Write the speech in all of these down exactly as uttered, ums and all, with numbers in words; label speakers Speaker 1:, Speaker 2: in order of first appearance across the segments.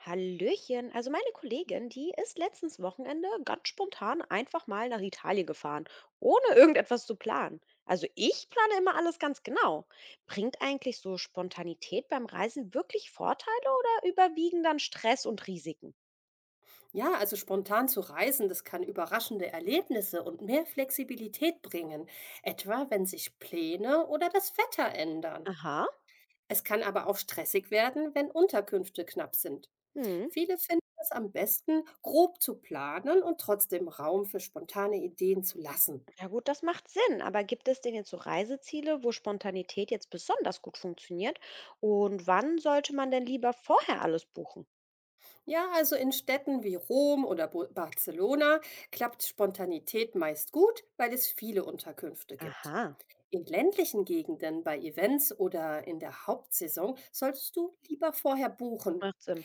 Speaker 1: Hallöchen, also meine Kollegin, die ist letztens Wochenende ganz spontan einfach mal nach Italien gefahren, ohne irgendetwas zu planen. Also ich plane immer alles ganz genau. Bringt eigentlich so Spontanität beim Reisen wirklich Vorteile oder überwiegen dann Stress und Risiken?
Speaker 2: Ja, also spontan zu reisen, das kann überraschende Erlebnisse und mehr Flexibilität bringen, etwa wenn sich Pläne oder das Wetter ändern.
Speaker 1: Aha.
Speaker 2: Es kann aber auch stressig werden, wenn Unterkünfte knapp sind.
Speaker 1: Hm.
Speaker 2: Viele finden es am besten, grob zu planen und trotzdem Raum für spontane Ideen zu lassen.
Speaker 1: Ja gut, das macht Sinn, aber gibt es denn jetzt so Reiseziele, wo Spontanität jetzt besonders gut funktioniert? Und wann sollte man denn lieber vorher alles buchen?
Speaker 2: Ja, also in Städten wie Rom oder Bo- Barcelona klappt Spontanität meist gut, weil es viele Unterkünfte gibt.
Speaker 1: Aha,
Speaker 2: In ländlichen Gegenden, bei Events oder in der Hauptsaison solltest du lieber vorher buchen.
Speaker 1: macht Sinn.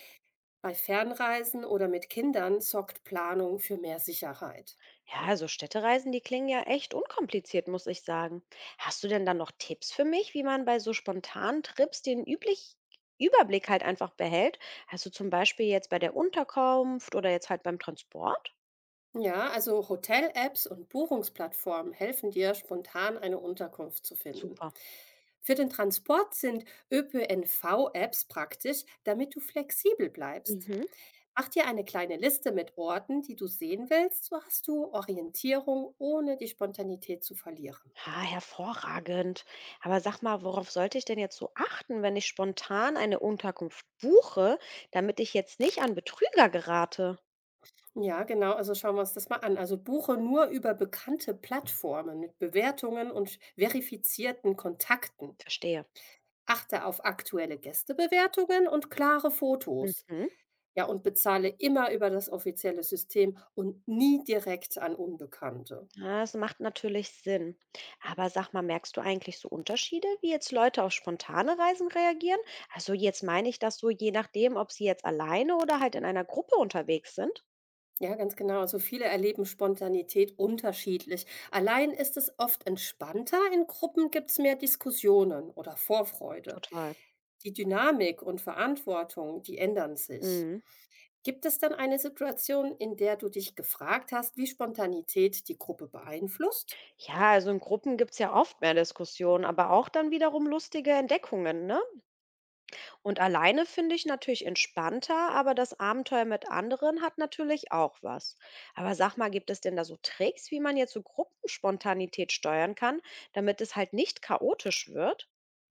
Speaker 2: Bei Fernreisen oder mit Kindern sorgt Planung für mehr Sicherheit.
Speaker 1: Ja, also Städtereisen, die klingen ja echt unkompliziert, muss ich sagen. Hast du denn dann noch Tipps für mich, wie man bei so spontanen Trips den üblich Überblick halt einfach behält? Also zum Beispiel jetzt bei der Unterkunft oder jetzt halt beim Transport?
Speaker 2: Ja, also Hotel-Apps und Buchungsplattformen helfen dir, spontan eine Unterkunft zu finden.
Speaker 1: Super.
Speaker 2: Für den Transport sind ÖPNV-Apps praktisch, damit du flexibel bleibst.
Speaker 1: Mhm.
Speaker 2: Mach dir eine kleine Liste mit Orten, die du sehen willst, so hast du Orientierung, ohne die Spontanität zu verlieren.
Speaker 1: Ah, hervorragend. Aber sag mal, worauf sollte ich denn jetzt so achten, wenn ich spontan eine Unterkunft buche, damit ich jetzt nicht an Betrüger gerate?
Speaker 2: Ja, genau. Also schauen wir uns das mal an. Also buche nur über bekannte Plattformen mit Bewertungen und verifizierten Kontakten.
Speaker 1: Verstehe.
Speaker 2: Achte auf aktuelle Gästebewertungen und klare Fotos.
Speaker 1: Mhm.
Speaker 2: Ja, und bezahle immer über das offizielle System und nie direkt an Unbekannte.
Speaker 1: Ja, das macht natürlich Sinn. Aber sag mal, merkst du eigentlich so Unterschiede, wie jetzt Leute auf spontane Reisen reagieren? Also jetzt meine ich das so, je nachdem, ob sie jetzt alleine oder halt in einer Gruppe unterwegs sind.
Speaker 2: Ja, ganz genau. Also viele erleben Spontanität unterschiedlich. Allein ist es oft entspannter, in Gruppen gibt es mehr Diskussionen oder Vorfreude.
Speaker 1: Total.
Speaker 2: Die Dynamik und Verantwortung, die ändern sich.
Speaker 1: Mhm.
Speaker 2: Gibt es denn eine Situation, in der du dich gefragt hast, wie Spontanität die Gruppe beeinflusst?
Speaker 1: Ja, also in Gruppen gibt es ja oft mehr Diskussionen, aber auch dann wiederum lustige Entdeckungen, ne? Und alleine finde ich natürlich entspannter, aber das Abenteuer mit anderen hat natürlich auch was. Aber sag mal, gibt es denn da so Tricks, wie man jetzt so Gruppenspontanität steuern kann, damit es halt nicht chaotisch wird?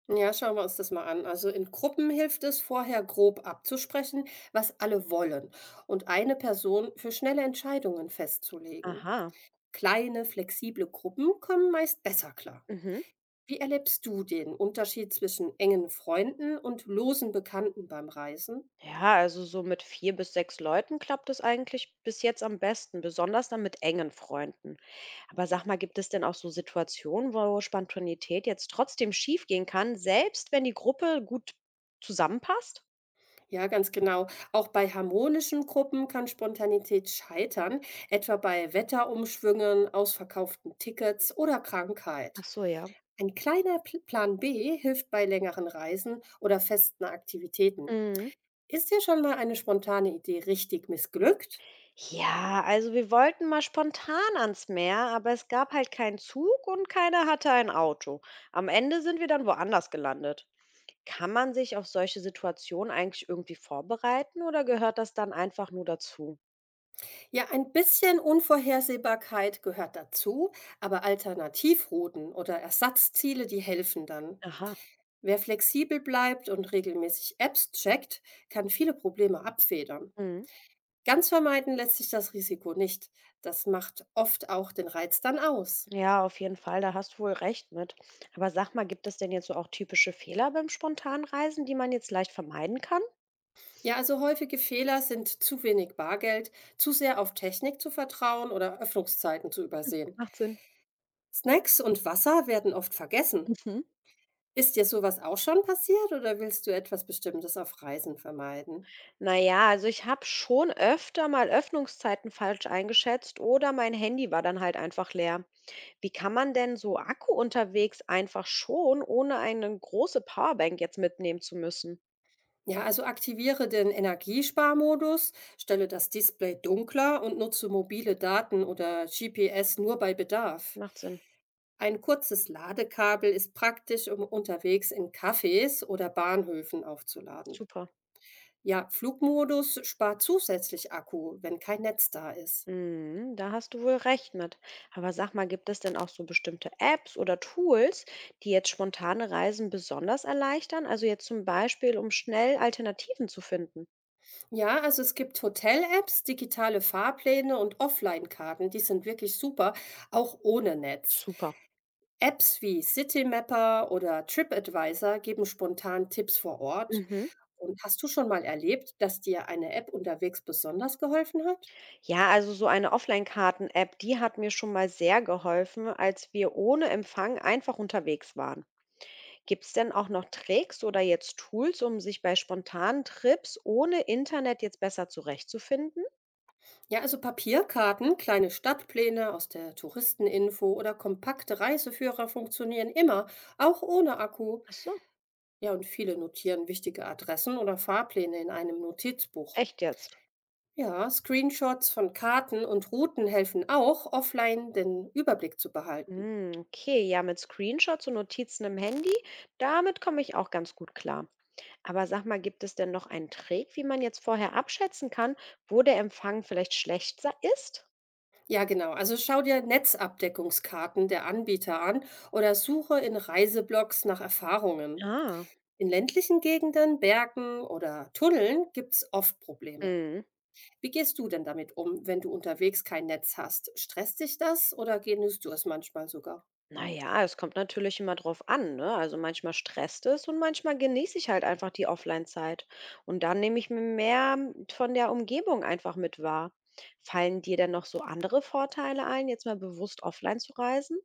Speaker 2: Ja, schauen wir uns das mal an. Also in Gruppen hilft es, vorher grob abzusprechen, was alle wollen und eine Person für schnelle Entscheidungen festzulegen.
Speaker 1: Aha.
Speaker 2: Kleine, flexible Gruppen kommen meist besser klar.
Speaker 1: Mhm.
Speaker 2: Wie erlebst du den Unterschied zwischen engen Freunden und losen Bekannten beim Reisen?
Speaker 1: Ja, also so mit vier bis sechs Leuten klappt es eigentlich bis jetzt am besten, besonders dann mit engen Freunden. Aber sag mal, gibt es denn auch so Situationen, wo Spontanität jetzt trotzdem schiefgehen kann, selbst wenn die Gruppe gut zusammenpasst?
Speaker 2: Ja, ganz genau. Auch bei harmonischen Gruppen kann Spontanität scheitern, etwa bei Wetterumschwüngen, ausverkauften Tickets oder Krankheit.
Speaker 1: Ach so, ja.
Speaker 2: Ein kleiner Pl- Plan B hilft bei längeren Reisen oder festen Aktivitäten.
Speaker 1: Mhm.
Speaker 2: Ist dir schon mal eine spontane Idee richtig missglückt?
Speaker 1: Ja, also wir wollten mal spontan ans Meer, aber es gab halt keinen Zug und keiner hatte ein Auto. Am Ende sind wir dann woanders gelandet. Kann man sich auf solche Situationen eigentlich irgendwie vorbereiten oder gehört das dann einfach nur dazu?
Speaker 2: Ja, ein bisschen Unvorhersehbarkeit gehört dazu, aber Alternativrouten oder Ersatzziele, die helfen dann.
Speaker 1: Aha.
Speaker 2: Wer flexibel bleibt und regelmäßig Apps checkt, kann viele Probleme abfedern.
Speaker 1: Mhm.
Speaker 2: Ganz vermeiden lässt sich das Risiko nicht. Das macht oft auch den Reiz dann aus.
Speaker 1: Ja, auf jeden Fall, da hast du wohl recht mit. Aber sag mal, gibt es denn jetzt so auch typische Fehler beim Spontanreisen, die man jetzt leicht vermeiden kann?
Speaker 2: Ja, also häufige Fehler sind zu wenig Bargeld, zu sehr auf Technik zu vertrauen oder Öffnungszeiten zu übersehen.
Speaker 1: Macht Sinn.
Speaker 2: Snacks und Wasser werden oft vergessen. Ist dir sowas auch schon passiert oder willst du etwas Bestimmtes auf Reisen vermeiden?
Speaker 1: Na ja, also ich habe schon öfter mal Öffnungszeiten falsch eingeschätzt oder mein Handy war dann halt einfach leer. Wie kann man denn so Akku unterwegs einfach schon, ohne eine große Powerbank jetzt mitnehmen zu müssen?
Speaker 2: Ja, also aktiviere den Energiesparmodus, stelle das Display dunkler und nutze mobile Daten oder G P S nur bei Bedarf.
Speaker 1: Macht Sinn.
Speaker 2: Ein kurzes Ladekabel ist praktisch, um unterwegs in Cafés oder Bahnhöfen aufzuladen.
Speaker 1: Super.
Speaker 2: Ja, Flugmodus spart zusätzlich Akku, wenn kein Netz da ist.
Speaker 1: Mhm, da hast du wohl recht mit. Aber sag mal, gibt es denn auch so bestimmte Apps oder Tools, die jetzt spontane Reisen besonders erleichtern? Also jetzt zum Beispiel, um schnell Alternativen zu finden.
Speaker 2: Ja, also es gibt Hotel-Apps, digitale Fahrpläne und Offline-Karten, die sind wirklich super, auch ohne Netz.
Speaker 1: Super.
Speaker 2: Apps wie Citymapper oder TripAdvisor geben spontan Tipps vor Ort.
Speaker 1: Mhm.
Speaker 2: Und hast du schon mal erlebt, dass dir eine App unterwegs besonders geholfen hat?
Speaker 1: Ja, also so eine Offline-Karten-App, die hat mir schon mal sehr geholfen, als wir ohne Empfang einfach unterwegs waren. Gibt es denn auch noch Tricks oder jetzt Tools, um sich bei spontanen Trips ohne Internet jetzt besser zurechtzufinden?
Speaker 2: Ja, also Papierkarten, kleine Stadtpläne aus der Touristeninfo oder kompakte Reiseführer funktionieren immer, auch ohne Akku.
Speaker 1: Ach so,
Speaker 2: Ja, und viele notieren wichtige Adressen oder Fahrpläne in einem Notizbuch.
Speaker 1: echt jetzt?
Speaker 2: Ja, Screenshots von Karten und Routen helfen auch, offline den Überblick zu behalten.
Speaker 1: Hm, okay, ja, mit Screenshots und Notizen im Handy, damit komme ich auch ganz gut klar. Aber sag mal, gibt es denn noch einen Trick, wie man jetzt vorher abschätzen kann, wo der Empfang vielleicht schlecht sei- ist?
Speaker 2: Ja, genau. Also schau dir Netzabdeckungskarten der Anbieter an oder suche in Reiseblogs nach Erfahrungen.
Speaker 1: Ah.
Speaker 2: In ländlichen Gegenden, Bergen oder Tunneln gibt es oft Probleme.
Speaker 1: Hm.
Speaker 2: Wie gehst du denn damit um, wenn du unterwegs kein Netz hast? Stresst dich das oder genießt du es manchmal sogar?
Speaker 1: Naja, es kommt natürlich immer drauf an, ne? Also manchmal stresst es und manchmal genieße ich halt einfach die Offline-Zeit. Und dann nehme ich mir mehr von der Umgebung einfach mit wahr. Fallen dir denn noch so andere Vorteile ein, jetzt mal bewusst offline zu reisen?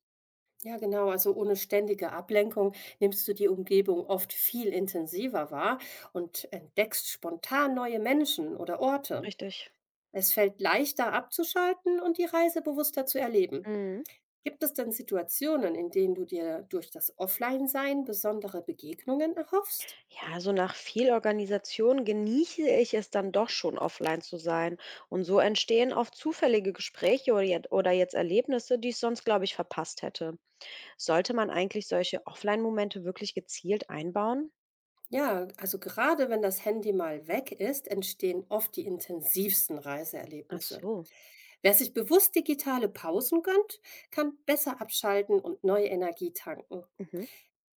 Speaker 2: Ja, genau. Also ohne ständige Ablenkung nimmst du die Umgebung oft viel intensiver wahr und entdeckst spontan neue Menschen oder Orte.
Speaker 1: Richtig.
Speaker 2: Es fällt leichter abzuschalten und die Reise bewusster zu erleben.
Speaker 1: Mhm.
Speaker 2: Gibt es denn Situationen, in denen du dir durch das Offline-Sein besondere Begegnungen erhoffst?
Speaker 1: Ja, so nach viel Organisation genieße ich es dann doch schon, offline zu sein. Und so entstehen oft zufällige Gespräche oder jet- oder jetzt Erlebnisse, die ich sonst, glaube ich, verpasst hätte. Sollte man eigentlich solche Offline-Momente wirklich gezielt einbauen?
Speaker 2: Ja, also gerade wenn das Handy mal weg ist, entstehen oft die intensivsten
Speaker 1: Ach
Speaker 2: Reiseerlebnisse.
Speaker 1: so.
Speaker 2: Wer sich bewusst digitale Pausen gönnt, kann besser abschalten und neue Energie tanken.
Speaker 1: Mhm.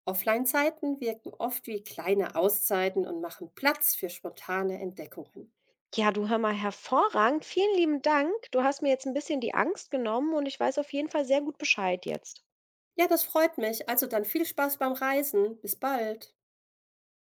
Speaker 2: Offline-Zeiten wirken oft wie kleine Auszeiten und machen Platz für spontane Entdeckungen.
Speaker 1: Ja, du hör mal, hervorragend. Vielen lieben Dank. Du hast mir jetzt ein bisschen die Angst genommen und ich weiß auf jeden Fall sehr gut Bescheid jetzt.
Speaker 2: Ja, das freut mich. Also dann viel Spaß beim Reisen. Bis bald.